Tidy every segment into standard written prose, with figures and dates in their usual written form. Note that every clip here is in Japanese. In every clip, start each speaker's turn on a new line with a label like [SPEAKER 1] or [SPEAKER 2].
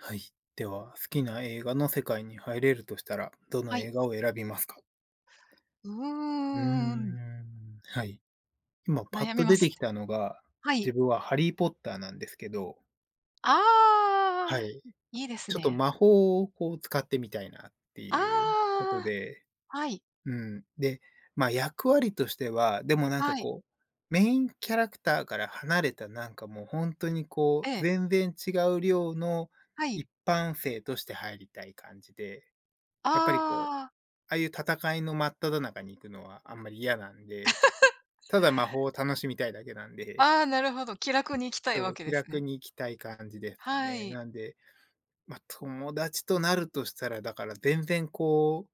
[SPEAKER 1] はい。では、好きな映画の世界に入れるとしたら、ど
[SPEAKER 2] は
[SPEAKER 1] の
[SPEAKER 2] い。
[SPEAKER 1] 映画を選びますか？
[SPEAKER 2] うーん、
[SPEAKER 1] はい。今パッ
[SPEAKER 2] 悩み
[SPEAKER 1] と
[SPEAKER 2] ま
[SPEAKER 1] 出て
[SPEAKER 2] す
[SPEAKER 1] き
[SPEAKER 2] ね。
[SPEAKER 1] たのが、
[SPEAKER 2] はい。
[SPEAKER 1] 自分はハリーポッターなんですけど、は
[SPEAKER 2] ああ、
[SPEAKER 1] い。
[SPEAKER 2] いいです
[SPEAKER 1] ちょっと
[SPEAKER 2] ね。
[SPEAKER 1] 魔法をこう使ってみたいなって
[SPEAKER 2] あ
[SPEAKER 1] いうこと
[SPEAKER 2] あ、
[SPEAKER 1] で、
[SPEAKER 2] はい、
[SPEAKER 1] うん。で、ま、役割としては、でもなんか
[SPEAKER 2] はい、
[SPEAKER 1] こう、メインキャラクターから離れたなんかもう本当にこ
[SPEAKER 2] え
[SPEAKER 1] う、
[SPEAKER 2] え、
[SPEAKER 1] 全然違う量の
[SPEAKER 2] はい。
[SPEAKER 1] 一般性として入りたい感じで、
[SPEAKER 2] あ
[SPEAKER 1] やっぱりこう
[SPEAKER 2] あ、
[SPEAKER 1] ああいう戦いの真っ只中に行くのはあんまり嫌なんで、ただ魔法を楽しみたいだけなんで、
[SPEAKER 2] ああ、な るほど、気楽に行きたい
[SPEAKER 1] そ
[SPEAKER 2] わ
[SPEAKER 1] う、
[SPEAKER 2] け
[SPEAKER 1] 気
[SPEAKER 2] です
[SPEAKER 1] 楽
[SPEAKER 2] ね。
[SPEAKER 1] に行きたい感じですか
[SPEAKER 2] は
[SPEAKER 1] ね。
[SPEAKER 2] い。
[SPEAKER 1] なんで、ま、友達となるとしたら、だから全然こう、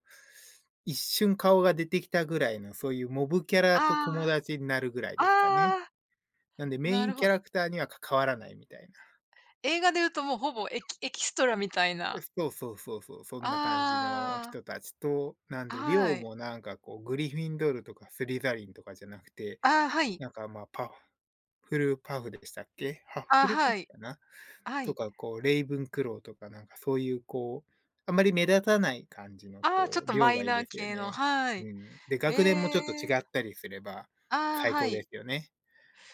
[SPEAKER 1] 一瞬顔が出てきたぐらいの、そういうモブキャラと友
[SPEAKER 2] あ
[SPEAKER 1] 達になるぐらい
[SPEAKER 2] あ、あ
[SPEAKER 1] ですかね。
[SPEAKER 2] あ、
[SPEAKER 1] なんでメ
[SPEAKER 2] な
[SPEAKER 1] イン
[SPEAKER 2] る
[SPEAKER 1] キ
[SPEAKER 2] ほ
[SPEAKER 1] ャ
[SPEAKER 2] ど。
[SPEAKER 1] ラクターには関わらないみたいな。
[SPEAKER 2] 映画で言うともうほぼエキストラみたい
[SPEAKER 1] う
[SPEAKER 2] な。
[SPEAKER 1] そうそうそうそう、そんな感じの
[SPEAKER 2] あ
[SPEAKER 1] 人たちと、なん
[SPEAKER 2] あ、
[SPEAKER 1] で
[SPEAKER 2] は
[SPEAKER 1] 寮
[SPEAKER 2] い。
[SPEAKER 1] もなんかこうグリフィンドールとかスリザリンとかじゃなくて、
[SPEAKER 2] ああ、はい。
[SPEAKER 1] なんか、まあ、フルパフでしたっけ？ハッ
[SPEAKER 2] あ
[SPEAKER 1] フ
[SPEAKER 2] あ、
[SPEAKER 1] ルパ
[SPEAKER 2] は
[SPEAKER 1] フ
[SPEAKER 2] い。
[SPEAKER 1] かな？
[SPEAKER 2] は
[SPEAKER 1] と
[SPEAKER 2] い。
[SPEAKER 1] か、こう、レイブンクローとか、なんか、そういう、こう、あまり目立たない感じの、
[SPEAKER 2] ああ、ちょっ
[SPEAKER 1] こう、
[SPEAKER 2] とマ
[SPEAKER 1] 量
[SPEAKER 2] イ
[SPEAKER 1] がいい
[SPEAKER 2] ナー
[SPEAKER 1] ですよ
[SPEAKER 2] 系の、
[SPEAKER 1] ね。
[SPEAKER 2] は
[SPEAKER 1] う
[SPEAKER 2] い。
[SPEAKER 1] ん。で、
[SPEAKER 2] え
[SPEAKER 1] 学年もちょっと
[SPEAKER 2] え、
[SPEAKER 1] 違ったりすれば
[SPEAKER 2] ああ、
[SPEAKER 1] 最
[SPEAKER 2] は
[SPEAKER 1] 高で
[SPEAKER 2] い。
[SPEAKER 1] すよね。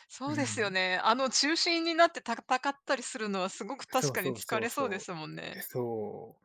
[SPEAKER 2] そ
[SPEAKER 1] う
[SPEAKER 2] うですよ
[SPEAKER 1] ん。
[SPEAKER 2] ね。あの中心になって戦ったりするのはすごく確
[SPEAKER 1] そう
[SPEAKER 2] かに
[SPEAKER 1] そう
[SPEAKER 2] 疲
[SPEAKER 1] そ
[SPEAKER 2] れ
[SPEAKER 1] う
[SPEAKER 2] そうで
[SPEAKER 1] そう。
[SPEAKER 2] すもん
[SPEAKER 1] え、
[SPEAKER 2] ね。
[SPEAKER 1] そ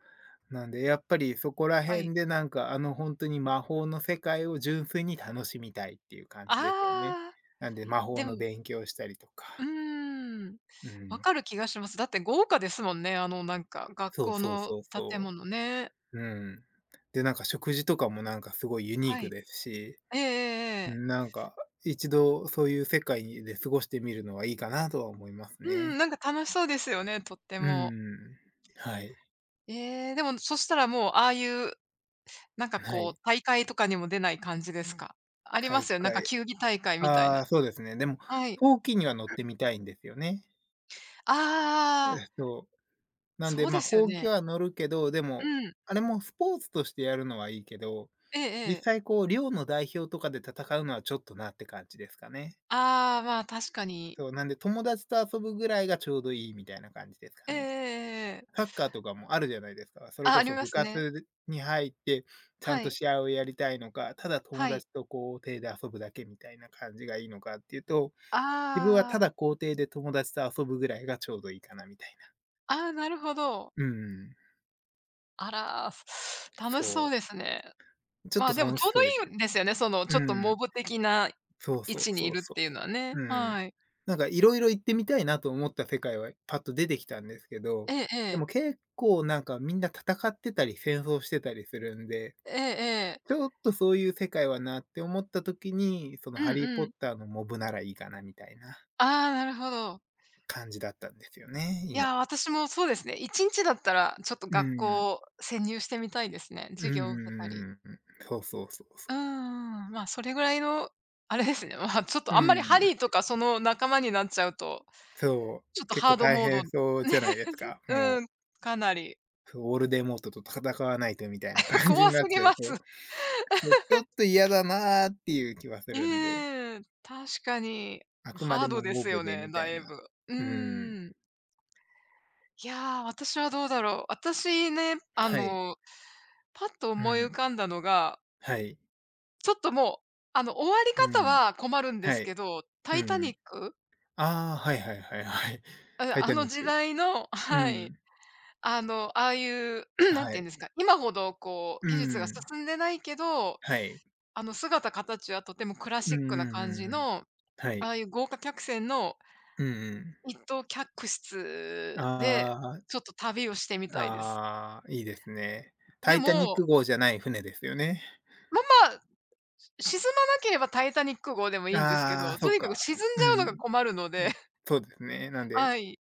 [SPEAKER 1] う。なんで、やっぱりそこら
[SPEAKER 2] はい。
[SPEAKER 1] 辺で、なんか、本当に魔法の世界を純粋に楽しみたいっていう感じですよね。
[SPEAKER 2] ああ、
[SPEAKER 1] なんで、魔法
[SPEAKER 2] で
[SPEAKER 1] の
[SPEAKER 2] も、
[SPEAKER 1] 勉強したりと
[SPEAKER 2] う
[SPEAKER 1] か。
[SPEAKER 2] ーん、
[SPEAKER 1] う
[SPEAKER 2] わ
[SPEAKER 1] ん。
[SPEAKER 2] かる気がします。だって豪華ですもんね、あのなんか学
[SPEAKER 1] そう
[SPEAKER 2] 校
[SPEAKER 1] そう
[SPEAKER 2] の
[SPEAKER 1] そう
[SPEAKER 2] 建
[SPEAKER 1] そ
[SPEAKER 2] 物ね。
[SPEAKER 1] う。うん。で、なんか食事とかもなんかすごいユニー
[SPEAKER 2] は
[SPEAKER 1] ク
[SPEAKER 2] い。
[SPEAKER 1] ですし、
[SPEAKER 2] ええええええ。
[SPEAKER 1] なんか一度そういう世界で過ごしてみるのはいいかなとは思います
[SPEAKER 2] うん、な
[SPEAKER 1] ね。
[SPEAKER 2] んか楽しそうですよね、とって
[SPEAKER 1] う
[SPEAKER 2] も。
[SPEAKER 1] ん。はい。
[SPEAKER 2] ええ、でもそしたらもうああいうなんか
[SPEAKER 1] は
[SPEAKER 2] こ
[SPEAKER 1] い。
[SPEAKER 2] う大会とかにも出ない感じですか？ありま
[SPEAKER 1] 大
[SPEAKER 2] すよ、なんか
[SPEAKER 1] 会。
[SPEAKER 2] 球技大会みたい
[SPEAKER 1] あ
[SPEAKER 2] な。
[SPEAKER 1] あ、そうですね。でも、
[SPEAKER 2] はい。
[SPEAKER 1] ほうきには乗ってみたいんですよね。
[SPEAKER 2] ああ、
[SPEAKER 1] えっと、なんで、
[SPEAKER 2] そう
[SPEAKER 1] ま
[SPEAKER 2] で
[SPEAKER 1] あ、
[SPEAKER 2] すよ
[SPEAKER 1] ほうき
[SPEAKER 2] ね。
[SPEAKER 1] は乗るけど、で
[SPEAKER 2] う
[SPEAKER 1] も、
[SPEAKER 2] ん。
[SPEAKER 1] あれもスポーツとしてやるのはいいけど、
[SPEAKER 2] ええ
[SPEAKER 1] 実
[SPEAKER 2] ええ。
[SPEAKER 1] 際こう、寮の代表とかで戦うのはちょっとなって感じですかね。
[SPEAKER 2] ああ、まあ、確かに。
[SPEAKER 1] そう、なんで友達と遊ぶぐらいがちょうどいいみたいな感じですか
[SPEAKER 2] えええ
[SPEAKER 1] ね。
[SPEAKER 2] ええ
[SPEAKER 1] サ
[SPEAKER 2] え。
[SPEAKER 1] ッカーとかもあるじゃないですか。それ
[SPEAKER 2] あ、
[SPEAKER 1] こ
[SPEAKER 2] あり
[SPEAKER 1] そ
[SPEAKER 2] ま
[SPEAKER 1] 部
[SPEAKER 2] すね。
[SPEAKER 1] 活に入って、ちゃん
[SPEAKER 2] は
[SPEAKER 1] と
[SPEAKER 2] い。
[SPEAKER 1] 試合をやりたいのか、ただ友
[SPEAKER 2] はい。
[SPEAKER 1] 達と校庭で遊ぶだけみたいな感じがいいのかっていうと、自分はた
[SPEAKER 2] ああ、
[SPEAKER 1] だ校庭で友達と遊ぶぐらいがちょうどいいかなみたいな。
[SPEAKER 2] ああ、なるほど。
[SPEAKER 1] うんん。
[SPEAKER 2] あら、楽しそう
[SPEAKER 1] そう。
[SPEAKER 2] ですね。
[SPEAKER 1] ちょっ
[SPEAKER 2] ま
[SPEAKER 1] と
[SPEAKER 2] あ、でも
[SPEAKER 1] 楽
[SPEAKER 2] ち
[SPEAKER 1] し
[SPEAKER 2] ょう
[SPEAKER 1] そうです。
[SPEAKER 2] どいいんですよね、その、ちょっ
[SPEAKER 1] う
[SPEAKER 2] と
[SPEAKER 1] ん
[SPEAKER 2] モブ的な
[SPEAKER 1] そう
[SPEAKER 2] 位
[SPEAKER 1] そう
[SPEAKER 2] 置にい
[SPEAKER 1] そう
[SPEAKER 2] るっ
[SPEAKER 1] そ
[SPEAKER 2] ていうのはね、
[SPEAKER 1] う。うん。
[SPEAKER 2] はい。
[SPEAKER 1] なんかいろいろ行ってみたいなと思った世界はパッと出てきたんですけど、
[SPEAKER 2] ええ
[SPEAKER 1] で
[SPEAKER 2] ええ。
[SPEAKER 1] も結構なんかみんな戦ってたり戦争してたりするんで、
[SPEAKER 2] えええ
[SPEAKER 1] ち
[SPEAKER 2] え。
[SPEAKER 1] ょっとそういう世界はなって思った時に、その
[SPEAKER 2] うん
[SPEAKER 1] ハリー・ポ
[SPEAKER 2] う
[SPEAKER 1] ッ
[SPEAKER 2] ん。
[SPEAKER 1] ターのモブならいいかなみたいな
[SPEAKER 2] ああ、なるほど。
[SPEAKER 1] 感じだったんですよね、
[SPEAKER 2] い
[SPEAKER 1] 今。
[SPEAKER 2] や、私もそうですね、1日だったら、ちょっと
[SPEAKER 1] う
[SPEAKER 2] 学
[SPEAKER 1] ん。
[SPEAKER 2] 校、潜入してみたいですね。
[SPEAKER 1] うん
[SPEAKER 2] 授
[SPEAKER 1] うんう
[SPEAKER 2] 業を受けたり。
[SPEAKER 1] んうん。そうそうそうそ
[SPEAKER 2] うー
[SPEAKER 1] う。
[SPEAKER 2] ん、まあ、それぐらいのあれですね。まあ、ちょっと
[SPEAKER 1] う
[SPEAKER 2] あんまりハ
[SPEAKER 1] ん。
[SPEAKER 2] リーとかその仲間になっちゃうと、
[SPEAKER 1] そ
[SPEAKER 2] ちょっ
[SPEAKER 1] う、
[SPEAKER 2] と
[SPEAKER 1] 結
[SPEAKER 2] ハ
[SPEAKER 1] 構
[SPEAKER 2] ード
[SPEAKER 1] 大
[SPEAKER 2] モード
[SPEAKER 1] 変
[SPEAKER 2] ね、
[SPEAKER 1] そうじゃないですか、
[SPEAKER 2] う
[SPEAKER 1] もう。
[SPEAKER 2] ん、かなり。
[SPEAKER 1] オールデンモートと戦わないとみたいな 感じ
[SPEAKER 2] 怖
[SPEAKER 1] に
[SPEAKER 2] す
[SPEAKER 1] なっ
[SPEAKER 2] ぎ
[SPEAKER 1] ちゃう
[SPEAKER 2] ま
[SPEAKER 1] と、
[SPEAKER 2] す。
[SPEAKER 1] そう、ちょっと嫌だなっていう気はす
[SPEAKER 2] え
[SPEAKER 1] るんで、
[SPEAKER 2] え、確かに
[SPEAKER 1] あくま
[SPEAKER 2] ハー
[SPEAKER 1] で
[SPEAKER 2] ド
[SPEAKER 1] も
[SPEAKER 2] で
[SPEAKER 1] モ
[SPEAKER 2] す
[SPEAKER 1] ブ
[SPEAKER 2] よ
[SPEAKER 1] で
[SPEAKER 2] ね、
[SPEAKER 1] みた
[SPEAKER 2] だ
[SPEAKER 1] い
[SPEAKER 2] いぶ。
[SPEAKER 1] な。
[SPEAKER 2] う
[SPEAKER 1] うん、
[SPEAKER 2] ーん。いやー、私はどうだろう。私ね、
[SPEAKER 1] はい、
[SPEAKER 2] パッと
[SPEAKER 1] う
[SPEAKER 2] 思い浮
[SPEAKER 1] ん、
[SPEAKER 2] かんだのが、
[SPEAKER 1] はい、
[SPEAKER 2] ちょっともう、終わり
[SPEAKER 1] う
[SPEAKER 2] 方
[SPEAKER 1] ん、
[SPEAKER 2] は困るんで
[SPEAKER 1] は
[SPEAKER 2] す
[SPEAKER 1] い、
[SPEAKER 2] けど、タ
[SPEAKER 1] う
[SPEAKER 2] イタニ
[SPEAKER 1] ん。
[SPEAKER 2] ック？
[SPEAKER 1] ああ、はいはいはいはい。
[SPEAKER 2] あ、
[SPEAKER 1] タイ
[SPEAKER 2] あ
[SPEAKER 1] タ
[SPEAKER 2] の
[SPEAKER 1] ニッ
[SPEAKER 2] 時
[SPEAKER 1] ク。
[SPEAKER 2] 代の、
[SPEAKER 1] う
[SPEAKER 2] はい。
[SPEAKER 1] ん、
[SPEAKER 2] ああいう、なんて
[SPEAKER 1] は
[SPEAKER 2] 言うん
[SPEAKER 1] い、
[SPEAKER 2] ですか、今ほどこう
[SPEAKER 1] う
[SPEAKER 2] 技術が
[SPEAKER 1] ん、
[SPEAKER 2] 進んでないけど、
[SPEAKER 1] はい、
[SPEAKER 2] 姿形はとてもクラ
[SPEAKER 1] う
[SPEAKER 2] シッ
[SPEAKER 1] んうん
[SPEAKER 2] クな
[SPEAKER 1] う
[SPEAKER 2] 感
[SPEAKER 1] ん
[SPEAKER 2] じ
[SPEAKER 1] うん。
[SPEAKER 2] の、
[SPEAKER 1] は
[SPEAKER 2] あ
[SPEAKER 1] い、
[SPEAKER 2] あいう豪華客船の
[SPEAKER 1] うんうん。
[SPEAKER 2] 一等客室で、
[SPEAKER 1] あ
[SPEAKER 2] ちょっと旅をしてみたいです。
[SPEAKER 1] あ、ああ、いいですね。タ
[SPEAKER 2] で
[SPEAKER 1] イタニッ
[SPEAKER 2] も、
[SPEAKER 1] ク号じゃない船ですよね。
[SPEAKER 2] ま、まあ、沈まなければタイタニック号でもいいんですけ
[SPEAKER 1] あ
[SPEAKER 2] ど、
[SPEAKER 1] あ、そ
[SPEAKER 2] と
[SPEAKER 1] っ
[SPEAKER 2] にかく
[SPEAKER 1] か。
[SPEAKER 2] 沈んじ
[SPEAKER 1] う
[SPEAKER 2] ゃうのが
[SPEAKER 1] ん。
[SPEAKER 2] 困るの
[SPEAKER 1] う
[SPEAKER 2] で、
[SPEAKER 1] ん、そうですね。なんで、
[SPEAKER 2] はい。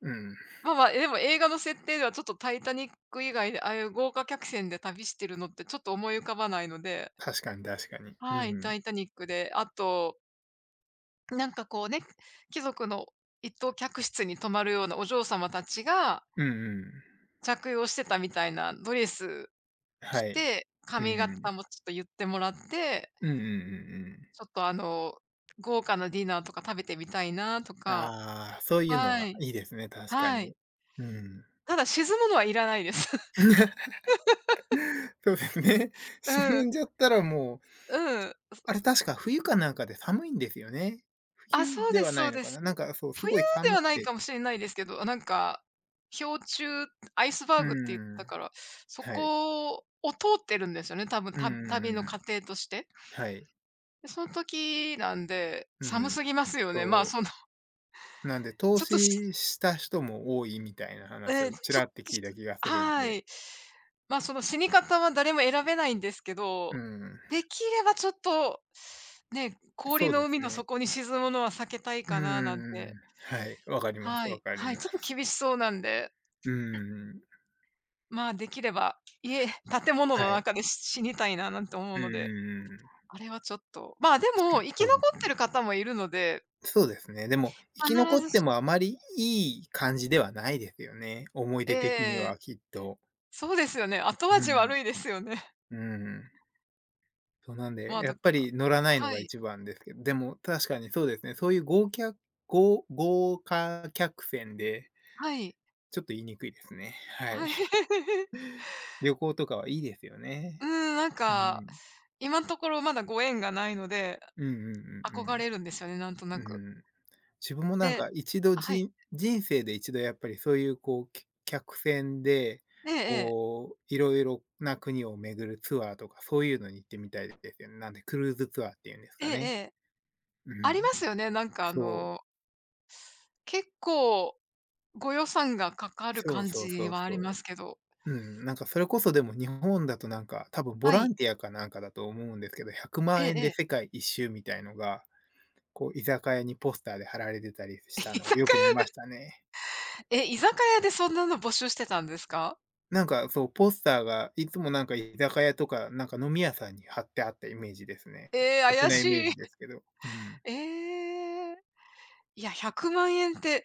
[SPEAKER 1] うん、
[SPEAKER 2] まあ、でも映画の設定ではちょっとタイタニック以外で、ああいう豪華客船で旅してるのってちょっと思い浮かばないので、
[SPEAKER 1] 確かに確かに。う
[SPEAKER 2] はい、タ
[SPEAKER 1] ん。
[SPEAKER 2] イタニックで、あと、なんかこうね、貴族の一等客室に泊まるようなお嬢様たちが
[SPEAKER 1] うんうん。
[SPEAKER 2] 着用してたみたいなドレス着
[SPEAKER 1] はい。
[SPEAKER 2] て、
[SPEAKER 1] う
[SPEAKER 2] 髪
[SPEAKER 1] んう
[SPEAKER 2] 型
[SPEAKER 1] ん。
[SPEAKER 2] もちょっと言ってもらって、
[SPEAKER 1] うんうんうんうんうん。
[SPEAKER 2] ちょっと豪華なディナーとか食べてみたいなとか。
[SPEAKER 1] ああ、そういうの
[SPEAKER 2] は
[SPEAKER 1] は
[SPEAKER 2] い。
[SPEAKER 1] いいですね、確か
[SPEAKER 2] は
[SPEAKER 1] に。
[SPEAKER 2] い。
[SPEAKER 1] うん。
[SPEAKER 2] ただ沈むのはいらないです。
[SPEAKER 1] そうですね。
[SPEAKER 2] う
[SPEAKER 1] 沈
[SPEAKER 2] ん、
[SPEAKER 1] んじゃったらもう、
[SPEAKER 2] うん。
[SPEAKER 1] あれ確か冬かなんかで寒いんですよね。
[SPEAKER 2] あ、
[SPEAKER 1] 冬
[SPEAKER 2] そう
[SPEAKER 1] で
[SPEAKER 2] で
[SPEAKER 1] は
[SPEAKER 2] す、
[SPEAKER 1] な
[SPEAKER 2] そ
[SPEAKER 1] い
[SPEAKER 2] う
[SPEAKER 1] の
[SPEAKER 2] で
[SPEAKER 1] か
[SPEAKER 2] す。
[SPEAKER 1] な。なんかそう、す
[SPEAKER 2] 冬
[SPEAKER 1] ごい
[SPEAKER 2] で
[SPEAKER 1] 寒
[SPEAKER 2] は
[SPEAKER 1] く
[SPEAKER 2] ない
[SPEAKER 1] て。
[SPEAKER 2] かもしれないですけど、なんか、氷柱、アイスバ
[SPEAKER 1] う
[SPEAKER 2] ーグって言ってた
[SPEAKER 1] ん。
[SPEAKER 2] から、そ
[SPEAKER 1] はい。
[SPEAKER 2] こを通ってるんですよね、多分、
[SPEAKER 1] うん
[SPEAKER 2] た
[SPEAKER 1] うんう
[SPEAKER 2] 旅の
[SPEAKER 1] んう
[SPEAKER 2] 過
[SPEAKER 1] ん。
[SPEAKER 2] 程として。
[SPEAKER 1] はい。
[SPEAKER 2] で、その時なんで、
[SPEAKER 1] う
[SPEAKER 2] 寒
[SPEAKER 1] ん。
[SPEAKER 2] すぎますよね。まあ、
[SPEAKER 1] そう。なんで、投
[SPEAKER 2] ちょっとし
[SPEAKER 1] 資した人も多いみたいな話
[SPEAKER 2] えー
[SPEAKER 1] をち
[SPEAKER 2] ちょっ
[SPEAKER 1] らって
[SPEAKER 2] と
[SPEAKER 1] 聞
[SPEAKER 2] し
[SPEAKER 1] いた気がするん
[SPEAKER 2] は
[SPEAKER 1] で、
[SPEAKER 2] い。まあ、その死に方は誰も選べないんですけ
[SPEAKER 1] う
[SPEAKER 2] ど、
[SPEAKER 1] ん、
[SPEAKER 2] できればちょっと、ね、氷
[SPEAKER 1] そう
[SPEAKER 2] の
[SPEAKER 1] です
[SPEAKER 2] 海の
[SPEAKER 1] ね。
[SPEAKER 2] 底に沈むのは避けたい
[SPEAKER 1] う
[SPEAKER 2] かななん
[SPEAKER 1] ん、
[SPEAKER 2] て。
[SPEAKER 1] はい、わかります
[SPEAKER 2] は
[SPEAKER 1] わ
[SPEAKER 2] い。
[SPEAKER 1] かり
[SPEAKER 2] はい、
[SPEAKER 1] ま
[SPEAKER 2] ちょっと
[SPEAKER 1] す。
[SPEAKER 2] 厳しそうなんで。
[SPEAKER 1] うん、
[SPEAKER 2] まあ、できれば、建物
[SPEAKER 1] は
[SPEAKER 2] の
[SPEAKER 1] い。
[SPEAKER 2] 中で死にたいななんて思う
[SPEAKER 1] う
[SPEAKER 2] ので、
[SPEAKER 1] ん、
[SPEAKER 2] あれはちょっと、まあ、で
[SPEAKER 1] 確か
[SPEAKER 2] も、
[SPEAKER 1] に
[SPEAKER 2] 生き
[SPEAKER 1] そうで
[SPEAKER 2] 残
[SPEAKER 1] す
[SPEAKER 2] って
[SPEAKER 1] ね。
[SPEAKER 2] る方もいるので、
[SPEAKER 1] そうですね。でも、生き
[SPEAKER 2] 必
[SPEAKER 1] 残っ
[SPEAKER 2] ず
[SPEAKER 1] て
[SPEAKER 2] し
[SPEAKER 1] もあまりいい感じではないですよね、思い
[SPEAKER 2] え
[SPEAKER 1] 出的には
[SPEAKER 2] え、
[SPEAKER 1] きっと。
[SPEAKER 2] そうですよね。後
[SPEAKER 1] う
[SPEAKER 2] 味
[SPEAKER 1] ん、
[SPEAKER 2] 悪いですよね。
[SPEAKER 1] うん。そうなん
[SPEAKER 2] ま
[SPEAKER 1] で、
[SPEAKER 2] あ、
[SPEAKER 1] や
[SPEAKER 2] だ
[SPEAKER 1] っ
[SPEAKER 2] か
[SPEAKER 1] ぱ
[SPEAKER 2] ら、
[SPEAKER 1] り乗らないの
[SPEAKER 2] は
[SPEAKER 1] が
[SPEAKER 2] い、
[SPEAKER 1] 一番ですけど、でも確かにそうですね、そういう豪華客船で
[SPEAKER 2] はい、
[SPEAKER 1] ちょっと言いにくいですね。は
[SPEAKER 2] は
[SPEAKER 1] い。
[SPEAKER 2] い。
[SPEAKER 1] 旅行とかはいいですよ
[SPEAKER 2] うん、
[SPEAKER 1] ね。
[SPEAKER 2] なん
[SPEAKER 1] う
[SPEAKER 2] か、
[SPEAKER 1] ん。
[SPEAKER 2] 今のところまだご縁がないので、
[SPEAKER 1] うんう
[SPEAKER 2] 憧
[SPEAKER 1] ん
[SPEAKER 2] れるんですよね、なんとな
[SPEAKER 1] うんう
[SPEAKER 2] く。
[SPEAKER 1] ん。うん。自分もなん
[SPEAKER 2] で、
[SPEAKER 1] か一度
[SPEAKER 2] あ、はい。
[SPEAKER 1] 人生で一度やっぱりそういうこう、客船で、
[SPEAKER 2] ええええ。
[SPEAKER 1] こう、いろいろな国を巡るツアーとか、そういうのに行ってみたいですよね。なんでクルーズツアーっていうんです
[SPEAKER 2] え
[SPEAKER 1] か
[SPEAKER 2] ええ
[SPEAKER 1] ね。
[SPEAKER 2] え。
[SPEAKER 1] う
[SPEAKER 2] ありま
[SPEAKER 1] ん。
[SPEAKER 2] すよね、なんかあ
[SPEAKER 1] そう。
[SPEAKER 2] の、結構ご予算がかかる
[SPEAKER 1] そう
[SPEAKER 2] 感
[SPEAKER 1] そう
[SPEAKER 2] じ
[SPEAKER 1] そう
[SPEAKER 2] はあ
[SPEAKER 1] そ
[SPEAKER 2] りますけど。
[SPEAKER 1] う。うん、なんかそれこそでも日本だとなんか、多分ボ
[SPEAKER 2] は
[SPEAKER 1] ラ
[SPEAKER 2] い。
[SPEAKER 1] ンティアかなんかだと思うんですけど、100
[SPEAKER 2] ええ
[SPEAKER 1] 万円
[SPEAKER 2] え
[SPEAKER 1] で世
[SPEAKER 2] え。
[SPEAKER 1] 界一周みたいのがこう、居酒屋にポスターで貼られてたり した
[SPEAKER 2] 居
[SPEAKER 1] のをよ
[SPEAKER 2] 酒
[SPEAKER 1] く見ましたね。
[SPEAKER 2] 屋でそんなの募集してたんですか？
[SPEAKER 1] なんか、そう、ポスターがいつもなんか居酒屋とか、なんか飲み屋さんに貼ってあったイメージですね。
[SPEAKER 2] ええ、
[SPEAKER 1] 勝手
[SPEAKER 2] 怪
[SPEAKER 1] な
[SPEAKER 2] し
[SPEAKER 1] イメー
[SPEAKER 2] い。
[SPEAKER 1] ジですけど。う ん。
[SPEAKER 2] ええ。いや、100万円って、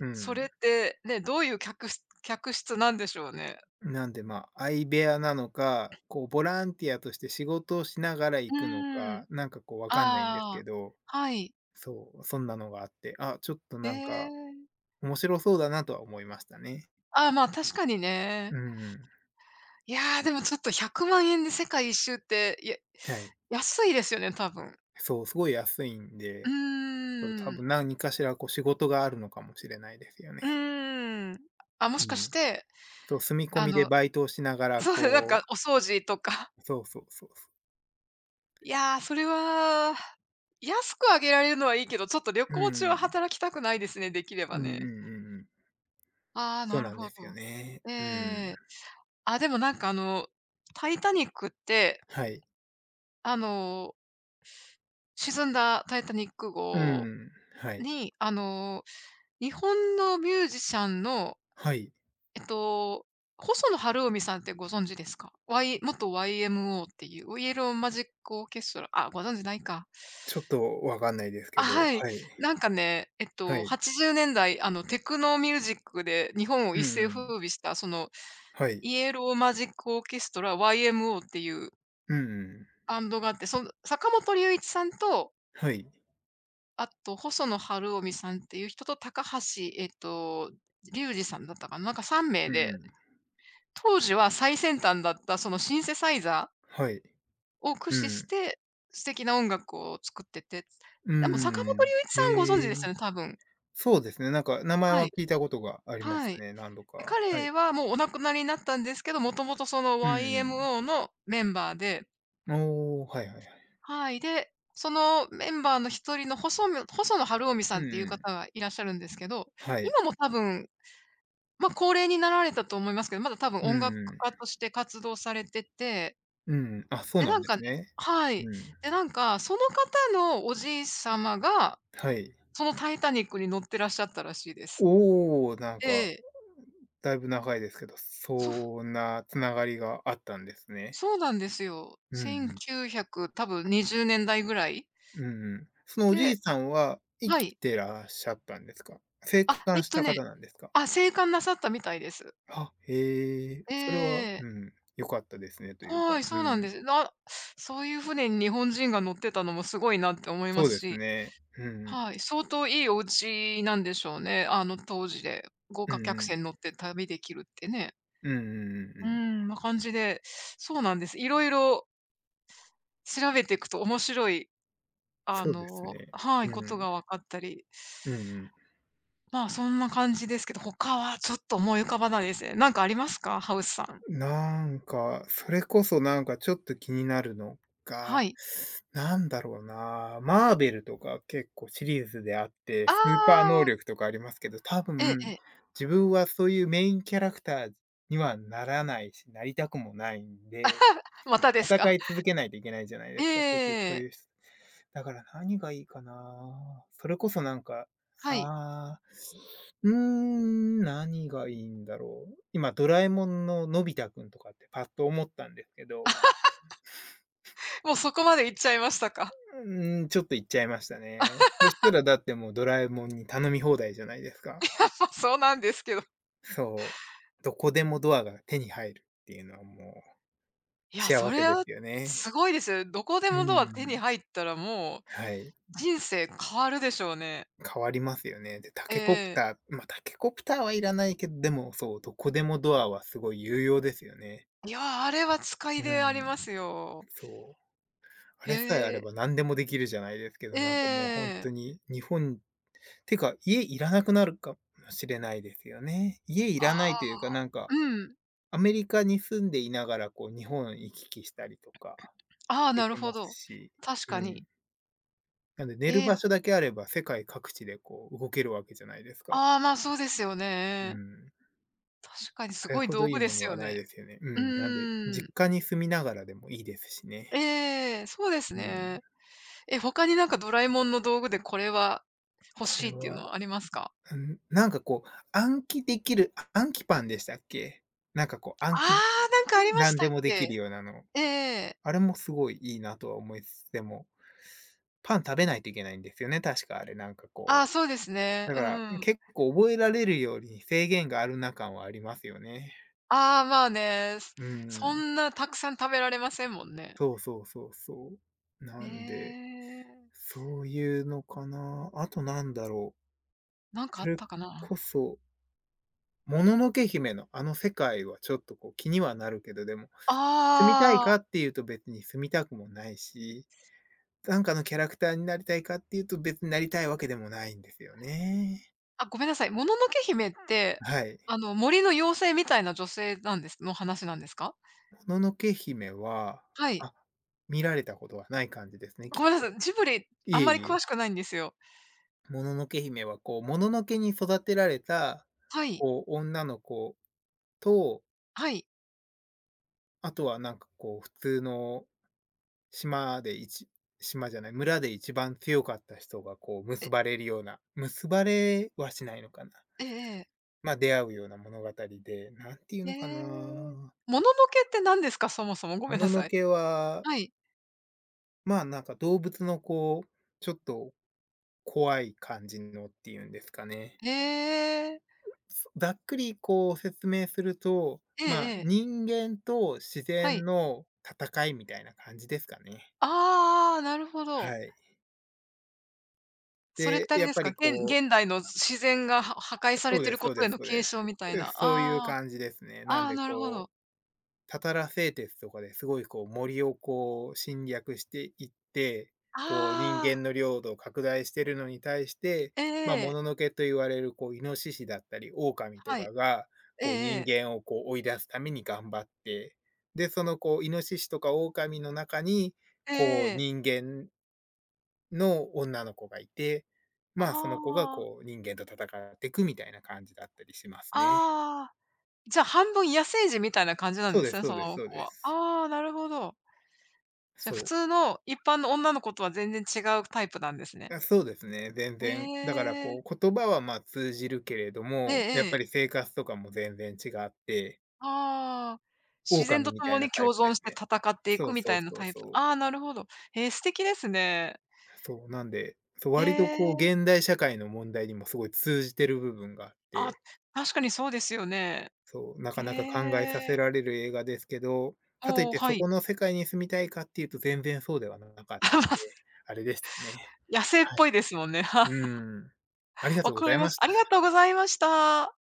[SPEAKER 1] う
[SPEAKER 2] それっ
[SPEAKER 1] ん。
[SPEAKER 2] て、ね、どういう客室なんでしょうね。
[SPEAKER 1] なんで、ま、あ相部屋なのか、こうボランティアとして仕事をしながら
[SPEAKER 2] う
[SPEAKER 1] 行くの
[SPEAKER 2] ーん。
[SPEAKER 1] か、なんかこうわかんないんですけ
[SPEAKER 2] ああ、
[SPEAKER 1] ど、
[SPEAKER 2] はい。
[SPEAKER 1] そう、そんなのがあって、あ、ちょっと
[SPEAKER 2] え
[SPEAKER 1] なんか
[SPEAKER 2] え。
[SPEAKER 1] 面白そうだなとは思いましたね。
[SPEAKER 2] ああ、まあ、確かにね。
[SPEAKER 1] うん。
[SPEAKER 2] いやー、でもちょっと100万円で世界一周って、いや
[SPEAKER 1] はい。
[SPEAKER 2] 安いですよね、多分。
[SPEAKER 1] そう、すごい安いん
[SPEAKER 2] う
[SPEAKER 1] で、そう、多
[SPEAKER 2] ーん。
[SPEAKER 1] 分何かしらこう仕事があるのかもしれないですよね。
[SPEAKER 2] う ーん。あ、も
[SPEAKER 1] う
[SPEAKER 2] しかし
[SPEAKER 1] ん。
[SPEAKER 2] て、
[SPEAKER 1] そう、住み込
[SPEAKER 2] あ
[SPEAKER 1] みで
[SPEAKER 2] の、
[SPEAKER 1] バイトをしながら、
[SPEAKER 2] そうですね、なんか
[SPEAKER 1] こう
[SPEAKER 2] お掃除とか。
[SPEAKER 1] そうそうそうそう。
[SPEAKER 2] いや、それは、安くあげられるのはいいけど、ちょっと旅
[SPEAKER 1] う
[SPEAKER 2] 行中は
[SPEAKER 1] ん。
[SPEAKER 2] 働きたくないですね、できれば
[SPEAKER 1] うんうんうん
[SPEAKER 2] ね。
[SPEAKER 1] うん。
[SPEAKER 2] ああ、
[SPEAKER 1] そ
[SPEAKER 2] な
[SPEAKER 1] う
[SPEAKER 2] る
[SPEAKER 1] なんで
[SPEAKER 2] ほ
[SPEAKER 1] すよ
[SPEAKER 2] ど。
[SPEAKER 1] ね。うん。
[SPEAKER 2] ええ。あ、でもなんかタイタニックって、
[SPEAKER 1] はい。
[SPEAKER 2] あの、沈んだタイタニック
[SPEAKER 1] う
[SPEAKER 2] 号
[SPEAKER 1] ん。はい。
[SPEAKER 2] に、日本のミュージシャンの
[SPEAKER 1] はい。
[SPEAKER 2] えっと、細野晴臣さんってご存知ですか？元 YMO っていう、イエローマジックオーケストラ、あ、ご存知ないか。
[SPEAKER 1] ちょっとわかんないですけ
[SPEAKER 2] あ、
[SPEAKER 1] ど、
[SPEAKER 2] はい。
[SPEAKER 1] はい。
[SPEAKER 2] なんかね、
[SPEAKER 1] はい。
[SPEAKER 2] 80年代、テクノミュージックで日本を
[SPEAKER 1] う
[SPEAKER 2] 一
[SPEAKER 1] ん
[SPEAKER 2] 世
[SPEAKER 1] うん。
[SPEAKER 2] 風靡した、その、
[SPEAKER 1] はい。
[SPEAKER 2] イエローマジックオーケストラ YMO っていう
[SPEAKER 1] うんうん。
[SPEAKER 2] バンドがあって、その坂本龍一さんと、
[SPEAKER 1] はい。
[SPEAKER 2] あと細野晴臣さんっていう人と、高橋、えっと、龍二さんだったかな、なんか3名
[SPEAKER 1] うんう
[SPEAKER 2] で
[SPEAKER 1] ん。
[SPEAKER 2] 当時は最先端だったそのシンセサイザー
[SPEAKER 1] はい。
[SPEAKER 2] を駆
[SPEAKER 1] う
[SPEAKER 2] 使し
[SPEAKER 1] ん。
[SPEAKER 2] て、素敵な音楽を作ってて、
[SPEAKER 1] うんう
[SPEAKER 2] でも坂
[SPEAKER 1] ん
[SPEAKER 2] 本龍
[SPEAKER 1] う
[SPEAKER 2] 一さ
[SPEAKER 1] ん。
[SPEAKER 2] んご存知
[SPEAKER 1] へ
[SPEAKER 2] です
[SPEAKER 1] え。
[SPEAKER 2] よね、多分。
[SPEAKER 1] そうですね、なんか名前
[SPEAKER 2] は
[SPEAKER 1] は
[SPEAKER 2] い。
[SPEAKER 1] 聞いたことがありま
[SPEAKER 2] は
[SPEAKER 1] す
[SPEAKER 2] い。
[SPEAKER 1] ね、何度か。
[SPEAKER 2] で、
[SPEAKER 1] は
[SPEAKER 2] 彼
[SPEAKER 1] い。
[SPEAKER 2] はもうお亡くなりになったんですけど、もともとその
[SPEAKER 1] うんう
[SPEAKER 2] YMO
[SPEAKER 1] ん。
[SPEAKER 2] のメンバーで、
[SPEAKER 1] おお、はいはいはい。
[SPEAKER 2] はい、で、そのメンバーの一人の細野晴臣
[SPEAKER 1] う
[SPEAKER 2] さ
[SPEAKER 1] ん
[SPEAKER 2] んっていう
[SPEAKER 1] う
[SPEAKER 2] 方
[SPEAKER 1] ん。
[SPEAKER 2] がいらっしゃるんですけど、
[SPEAKER 1] はい。
[SPEAKER 2] 今も多分、ま、高齢になられたと思いますけど、まだ多分
[SPEAKER 1] うん
[SPEAKER 2] 音楽
[SPEAKER 1] う
[SPEAKER 2] 家
[SPEAKER 1] ん。
[SPEAKER 2] として活動されてて、
[SPEAKER 1] うんうん。あ、そう
[SPEAKER 2] で、
[SPEAKER 1] な
[SPEAKER 2] な
[SPEAKER 1] ん
[SPEAKER 2] ん
[SPEAKER 1] で
[SPEAKER 2] か
[SPEAKER 1] す
[SPEAKER 2] ね、
[SPEAKER 1] ね。
[SPEAKER 2] はい。
[SPEAKER 1] うん。
[SPEAKER 2] で、なんか、その方のおじい様が、
[SPEAKER 1] はい。
[SPEAKER 2] そのタイタニックに乗ってらっしゃったらしいです。
[SPEAKER 1] おお、なん
[SPEAKER 2] え
[SPEAKER 1] か、
[SPEAKER 2] え、
[SPEAKER 1] だいぶ長いですけど、
[SPEAKER 2] そ
[SPEAKER 1] そんなつながりがあったんですね。
[SPEAKER 2] そうなんですよ。
[SPEAKER 1] うんうん。
[SPEAKER 2] 1900多分20年代ぐらい？
[SPEAKER 1] うんうん。そのおじい
[SPEAKER 2] で、
[SPEAKER 1] さんは生
[SPEAKER 2] は
[SPEAKER 1] き
[SPEAKER 2] い。
[SPEAKER 1] てらっしゃったんですか？生
[SPEAKER 2] あ、
[SPEAKER 1] 還した方なんですか？
[SPEAKER 2] あ、生還なさったみたいです。
[SPEAKER 1] あ、へえ、
[SPEAKER 2] え
[SPEAKER 1] それは、
[SPEAKER 2] え。
[SPEAKER 1] うん、良かったですねというか、
[SPEAKER 2] はい、そうなん
[SPEAKER 1] うん、
[SPEAKER 2] です。そういう船に日本人が乗ってたのもすごいなって思いま
[SPEAKER 1] そう
[SPEAKER 2] す
[SPEAKER 1] です
[SPEAKER 2] し、
[SPEAKER 1] ね。うんうん。
[SPEAKER 2] はい、相当いいお家なんでしょうね。あの当時で豪
[SPEAKER 1] う
[SPEAKER 2] 華
[SPEAKER 1] ん
[SPEAKER 2] 客
[SPEAKER 1] うん。
[SPEAKER 2] 船乗って旅できるってね。
[SPEAKER 1] うんうんうんう
[SPEAKER 2] うー
[SPEAKER 1] ん。
[SPEAKER 2] ん、な感じで、そうなんです。いろいろ調べていくと面白い、
[SPEAKER 1] そうですね。
[SPEAKER 2] はい、こ
[SPEAKER 1] う
[SPEAKER 2] と
[SPEAKER 1] ん。
[SPEAKER 2] が分かったり。
[SPEAKER 1] うんうん、
[SPEAKER 2] まあ、そんな感じですけど、他はちょっと思い浮かばないですね。なんかありますか？ハウスさん。
[SPEAKER 1] なんか、それこそなんかちょっと気になるの
[SPEAKER 2] は
[SPEAKER 1] が、
[SPEAKER 2] い。
[SPEAKER 1] なんだろうな、マーベルとか結構シリーズであって、
[SPEAKER 2] あ
[SPEAKER 1] スーパー能
[SPEAKER 2] あ、
[SPEAKER 1] 力とかありますけど、多
[SPEAKER 2] えええ
[SPEAKER 1] 分、
[SPEAKER 2] え。
[SPEAKER 1] 自分はそういうメインキャラクターにはならないし、なりたくもないんで、
[SPEAKER 2] またです
[SPEAKER 1] 戦
[SPEAKER 2] か？
[SPEAKER 1] い続 けないといけないじゃない
[SPEAKER 2] え
[SPEAKER 1] で
[SPEAKER 2] え
[SPEAKER 1] すか、結局そう
[SPEAKER 2] ええ。
[SPEAKER 1] いうし、だから何がいいかな。それこそなんか、
[SPEAKER 2] はい。
[SPEAKER 1] ああ、何がいいんだろう。今ドラえもんののび太くんとかってパッと思ったんですけど、
[SPEAKER 2] もうそこまで行っちゃいましたか。
[SPEAKER 1] ちょっと言っちゃいましたね。そしたらだってもうドラえもんに頼み放題じゃないですか。
[SPEAKER 2] ま、そうなんですけど。
[SPEAKER 1] そう。どこでもドアが手に入るっていうのはもう
[SPEAKER 2] いや、そ
[SPEAKER 1] 幸せ
[SPEAKER 2] れ
[SPEAKER 1] で
[SPEAKER 2] は
[SPEAKER 1] すよ
[SPEAKER 2] す
[SPEAKER 1] ね。
[SPEAKER 2] ごいですよ。どこで
[SPEAKER 1] う
[SPEAKER 2] もドア手に
[SPEAKER 1] ん、
[SPEAKER 2] 入ったらもう
[SPEAKER 1] はい。
[SPEAKER 2] 人生変わるでしょうね。
[SPEAKER 1] 変わりますよね。で、タ
[SPEAKER 2] え
[SPEAKER 1] ケコプ
[SPEAKER 2] ええ
[SPEAKER 1] ター、まあ、タケコプターはいらないけど、でもそう、どこでもドアはすごい有用ですよね。
[SPEAKER 2] いや、あれは使い
[SPEAKER 1] う
[SPEAKER 2] であり
[SPEAKER 1] ん、
[SPEAKER 2] ますよ。
[SPEAKER 1] そう。あ
[SPEAKER 2] へ
[SPEAKER 1] れさえあれ
[SPEAKER 2] え。
[SPEAKER 1] ば何でもできるじゃないですけど、
[SPEAKER 2] え
[SPEAKER 1] なんかもう本当
[SPEAKER 2] え。
[SPEAKER 1] に日本てか家いらなくなるかもしれないですよね。家い
[SPEAKER 2] あ
[SPEAKER 1] ら
[SPEAKER 2] あ、
[SPEAKER 1] ないというか、なんか、
[SPEAKER 2] うん。
[SPEAKER 1] アメリカに住んでいながらこう日本行き来したりとか
[SPEAKER 2] ああ、
[SPEAKER 1] で
[SPEAKER 2] なる
[SPEAKER 1] き
[SPEAKER 2] ほ
[SPEAKER 1] ます
[SPEAKER 2] ど。
[SPEAKER 1] し、
[SPEAKER 2] 確
[SPEAKER 1] う
[SPEAKER 2] かに。
[SPEAKER 1] ん。なんで寝
[SPEAKER 2] え
[SPEAKER 1] る
[SPEAKER 2] え、
[SPEAKER 1] 場所だけあれば世界各地でこう動けるわけじゃないですか。
[SPEAKER 2] ああ、まあ、そうですよ
[SPEAKER 1] う
[SPEAKER 2] ね。
[SPEAKER 1] ん。
[SPEAKER 2] 確かに
[SPEAKER 1] あ
[SPEAKER 2] す
[SPEAKER 1] れ
[SPEAKER 2] ごい
[SPEAKER 1] ほど
[SPEAKER 2] 道
[SPEAKER 1] い
[SPEAKER 2] 具
[SPEAKER 1] い
[SPEAKER 2] で
[SPEAKER 1] もの
[SPEAKER 2] すよ
[SPEAKER 1] はない
[SPEAKER 2] ね。
[SPEAKER 1] ですよね。う
[SPEAKER 2] う
[SPEAKER 1] ん、なんで、
[SPEAKER 2] ーん。
[SPEAKER 1] 実家に住みながらでもいいですしね。
[SPEAKER 2] ええ、そうです
[SPEAKER 1] うん、
[SPEAKER 2] ね。え、他になんかドラえもんの道具でこれは欲
[SPEAKER 1] これ
[SPEAKER 2] しいっていうの
[SPEAKER 1] は、
[SPEAKER 2] はありますか？
[SPEAKER 1] うん、なんかこう、暗記できる、あ暗記パンでしたっけ？なんかこう
[SPEAKER 2] あ
[SPEAKER 1] 暗記
[SPEAKER 2] あ、なんかありまし
[SPEAKER 1] 何
[SPEAKER 2] た
[SPEAKER 1] で
[SPEAKER 2] っ
[SPEAKER 1] もできる
[SPEAKER 2] け？
[SPEAKER 1] ようなの、
[SPEAKER 2] ええ、
[SPEAKER 1] あれもすごいいいなとは思いつつ、でも、パン食べないといけないんですよね、確かあれなんか
[SPEAKER 2] あ
[SPEAKER 1] こ
[SPEAKER 2] あ、そうです
[SPEAKER 1] う。
[SPEAKER 2] ね。
[SPEAKER 1] だ
[SPEAKER 2] う
[SPEAKER 1] から、
[SPEAKER 2] んうん。
[SPEAKER 1] 結構覚えられるように制限があるな感はありますよね。
[SPEAKER 2] ああ、まあね、
[SPEAKER 1] う
[SPEAKER 2] そ
[SPEAKER 1] ん、
[SPEAKER 2] んなたくさん食べられませんもんね。
[SPEAKER 1] そうそうそうそう。
[SPEAKER 2] え
[SPEAKER 1] なんで
[SPEAKER 2] え、
[SPEAKER 1] そういうのかな。あとなんだろう。
[SPEAKER 2] なんかあ
[SPEAKER 1] そ
[SPEAKER 2] っ
[SPEAKER 1] れ
[SPEAKER 2] たかな。
[SPEAKER 1] こそ、もののけ姫のあの世界はちょっとこう気にはなるけど、でも、住みたい
[SPEAKER 2] あ
[SPEAKER 1] か
[SPEAKER 2] あ、
[SPEAKER 1] っていうと別に住みたくもないし、なんかのキャラクターになりたいかっていうと別になりたいわけでもないんですよね。
[SPEAKER 2] あ、ごめんなさい。もののけ姫って、
[SPEAKER 1] はい。
[SPEAKER 2] あの、森の妖精みたいな女性なんですの話なんですか？
[SPEAKER 1] もののけ姫は、
[SPEAKER 2] はい。
[SPEAKER 1] あ、見られたことはない感じですね、きっ
[SPEAKER 2] ごめんなさ
[SPEAKER 1] と。
[SPEAKER 2] い、ジブリ、あ
[SPEAKER 1] い
[SPEAKER 2] ん
[SPEAKER 1] え
[SPEAKER 2] まり
[SPEAKER 1] い
[SPEAKER 2] 詳し
[SPEAKER 1] え。
[SPEAKER 2] くないんですよ。
[SPEAKER 1] もののけ姫はこう、もののけに育てられた、
[SPEAKER 2] はい、
[SPEAKER 1] こう、女の子と
[SPEAKER 2] はい。
[SPEAKER 1] あとはなんかこう、普通の島で一島じゃない、村で一番強かった人がこう結
[SPEAKER 2] え、
[SPEAKER 1] ばれるような、結ばれはしないのかな。
[SPEAKER 2] ええええ。
[SPEAKER 1] ま、あ出会うような物語で、何て言う
[SPEAKER 2] え
[SPEAKER 1] のか
[SPEAKER 2] え。
[SPEAKER 1] な、
[SPEAKER 2] もののけって何ですか？そもそも、ごめ
[SPEAKER 1] も
[SPEAKER 2] んな
[SPEAKER 1] のの
[SPEAKER 2] さい。
[SPEAKER 1] けは、
[SPEAKER 2] はい。
[SPEAKER 1] まあ、なんか動物のこう、ちょっと怖い感じのっていうんですかね。
[SPEAKER 2] へえ。
[SPEAKER 1] ざっくりこう説明すると、
[SPEAKER 2] え
[SPEAKER 1] ま
[SPEAKER 2] え
[SPEAKER 1] あ、
[SPEAKER 2] ええ。
[SPEAKER 1] 人間と自
[SPEAKER 2] は
[SPEAKER 1] 然
[SPEAKER 2] い。
[SPEAKER 1] の戦いみたいな感じですかね。
[SPEAKER 2] ああ、なるほど。
[SPEAKER 1] はい。
[SPEAKER 2] それっ
[SPEAKER 1] で、
[SPEAKER 2] てあれ
[SPEAKER 1] やっ
[SPEAKER 2] です
[SPEAKER 1] ぱ
[SPEAKER 2] か、
[SPEAKER 1] り
[SPEAKER 2] げ
[SPEAKER 1] こう
[SPEAKER 2] 現代の自然がは破壊され
[SPEAKER 1] そう
[SPEAKER 2] て
[SPEAKER 1] で
[SPEAKER 2] る
[SPEAKER 1] す
[SPEAKER 2] こ
[SPEAKER 1] そう
[SPEAKER 2] と
[SPEAKER 1] で
[SPEAKER 2] へ
[SPEAKER 1] す
[SPEAKER 2] の
[SPEAKER 1] そう
[SPEAKER 2] 警
[SPEAKER 1] で
[SPEAKER 2] 鐘みたいな。
[SPEAKER 1] す。そういう
[SPEAKER 2] ああ。
[SPEAKER 1] 感じですね。なん
[SPEAKER 2] ああ、
[SPEAKER 1] で
[SPEAKER 2] なるほ
[SPEAKER 1] こ
[SPEAKER 2] ど。
[SPEAKER 1] う、タタラ製鉄とかですごいこう森をこう侵略していって、こう人
[SPEAKER 2] ああ、
[SPEAKER 1] 間の領土を拡大してるのに対して、
[SPEAKER 2] え
[SPEAKER 1] まあ、も
[SPEAKER 2] え、
[SPEAKER 1] ののけと言われるこうイノシシだったり狼と
[SPEAKER 2] はい。
[SPEAKER 1] かが、
[SPEAKER 2] ええ
[SPEAKER 1] こう
[SPEAKER 2] え
[SPEAKER 1] 人
[SPEAKER 2] え。
[SPEAKER 1] 間をこう追い出すために頑張って、で、そのこうイノシシとか狼の中に、こう人間の女の子がいて、
[SPEAKER 2] あ
[SPEAKER 1] まあ、その子が
[SPEAKER 2] あ、
[SPEAKER 1] こう人間と戦っていくみたいな感じだったりしますね。
[SPEAKER 2] ああ、じゃあ半分野生児みたいな感じなん
[SPEAKER 1] そう
[SPEAKER 2] で
[SPEAKER 1] で
[SPEAKER 2] す
[SPEAKER 1] す
[SPEAKER 2] ね、
[SPEAKER 1] そう
[SPEAKER 2] そ
[SPEAKER 1] です
[SPEAKER 2] の
[SPEAKER 1] そう
[SPEAKER 2] 子
[SPEAKER 1] で
[SPEAKER 2] は。
[SPEAKER 1] す。
[SPEAKER 2] ああ、なるほど。じゃ、普
[SPEAKER 1] そう。
[SPEAKER 2] 通の一般の女の子とは全然違うタイプなんですね。
[SPEAKER 1] あ、そうですね、全然。だから
[SPEAKER 2] え
[SPEAKER 1] こ
[SPEAKER 2] え。
[SPEAKER 1] う言葉はまあ通じるけれど
[SPEAKER 2] え
[SPEAKER 1] も、や
[SPEAKER 2] え
[SPEAKER 1] っ
[SPEAKER 2] え
[SPEAKER 1] ぱり
[SPEAKER 2] え。
[SPEAKER 1] 生活とかも全然違って、
[SPEAKER 2] ああ、自然と
[SPEAKER 1] 狼みた
[SPEAKER 2] 共
[SPEAKER 1] いな
[SPEAKER 2] に
[SPEAKER 1] タイ
[SPEAKER 2] 共
[SPEAKER 1] プで
[SPEAKER 2] 存し
[SPEAKER 1] す
[SPEAKER 2] て
[SPEAKER 1] ね。
[SPEAKER 2] 戦ってい
[SPEAKER 1] そ
[SPEAKER 2] く
[SPEAKER 1] う
[SPEAKER 2] み
[SPEAKER 1] そ
[SPEAKER 2] た
[SPEAKER 1] う
[SPEAKER 2] いな
[SPEAKER 1] そう
[SPEAKER 2] タイプ。
[SPEAKER 1] そう。
[SPEAKER 2] ああ、なるほど。ええ、素敵ですね。
[SPEAKER 1] そう、なんで、そう、
[SPEAKER 2] え
[SPEAKER 1] 割とこう現
[SPEAKER 2] え。
[SPEAKER 1] 代社会の問題にもすごい通じてる部分があっ
[SPEAKER 2] あ、
[SPEAKER 1] て
[SPEAKER 2] 確かにそうですよね。
[SPEAKER 1] そう、な
[SPEAKER 2] え
[SPEAKER 1] かなか考えさせ
[SPEAKER 2] え。
[SPEAKER 1] られる映画ですけど、かといっ
[SPEAKER 2] おお、
[SPEAKER 1] て
[SPEAKER 2] は
[SPEAKER 1] そ
[SPEAKER 2] い。
[SPEAKER 1] この世界に住みたいかっていうと全然そうではなかったんで、あれでしたね。
[SPEAKER 2] 野生っ
[SPEAKER 1] は
[SPEAKER 2] ぽい
[SPEAKER 1] い。
[SPEAKER 2] ですもんね。はい。
[SPEAKER 1] うん。ありが
[SPEAKER 2] わ
[SPEAKER 1] とうご
[SPEAKER 2] か
[SPEAKER 1] ざ
[SPEAKER 2] り
[SPEAKER 1] い
[SPEAKER 2] ま
[SPEAKER 1] ま
[SPEAKER 2] し
[SPEAKER 1] し
[SPEAKER 2] た。あ
[SPEAKER 1] た。
[SPEAKER 2] りがとうございました。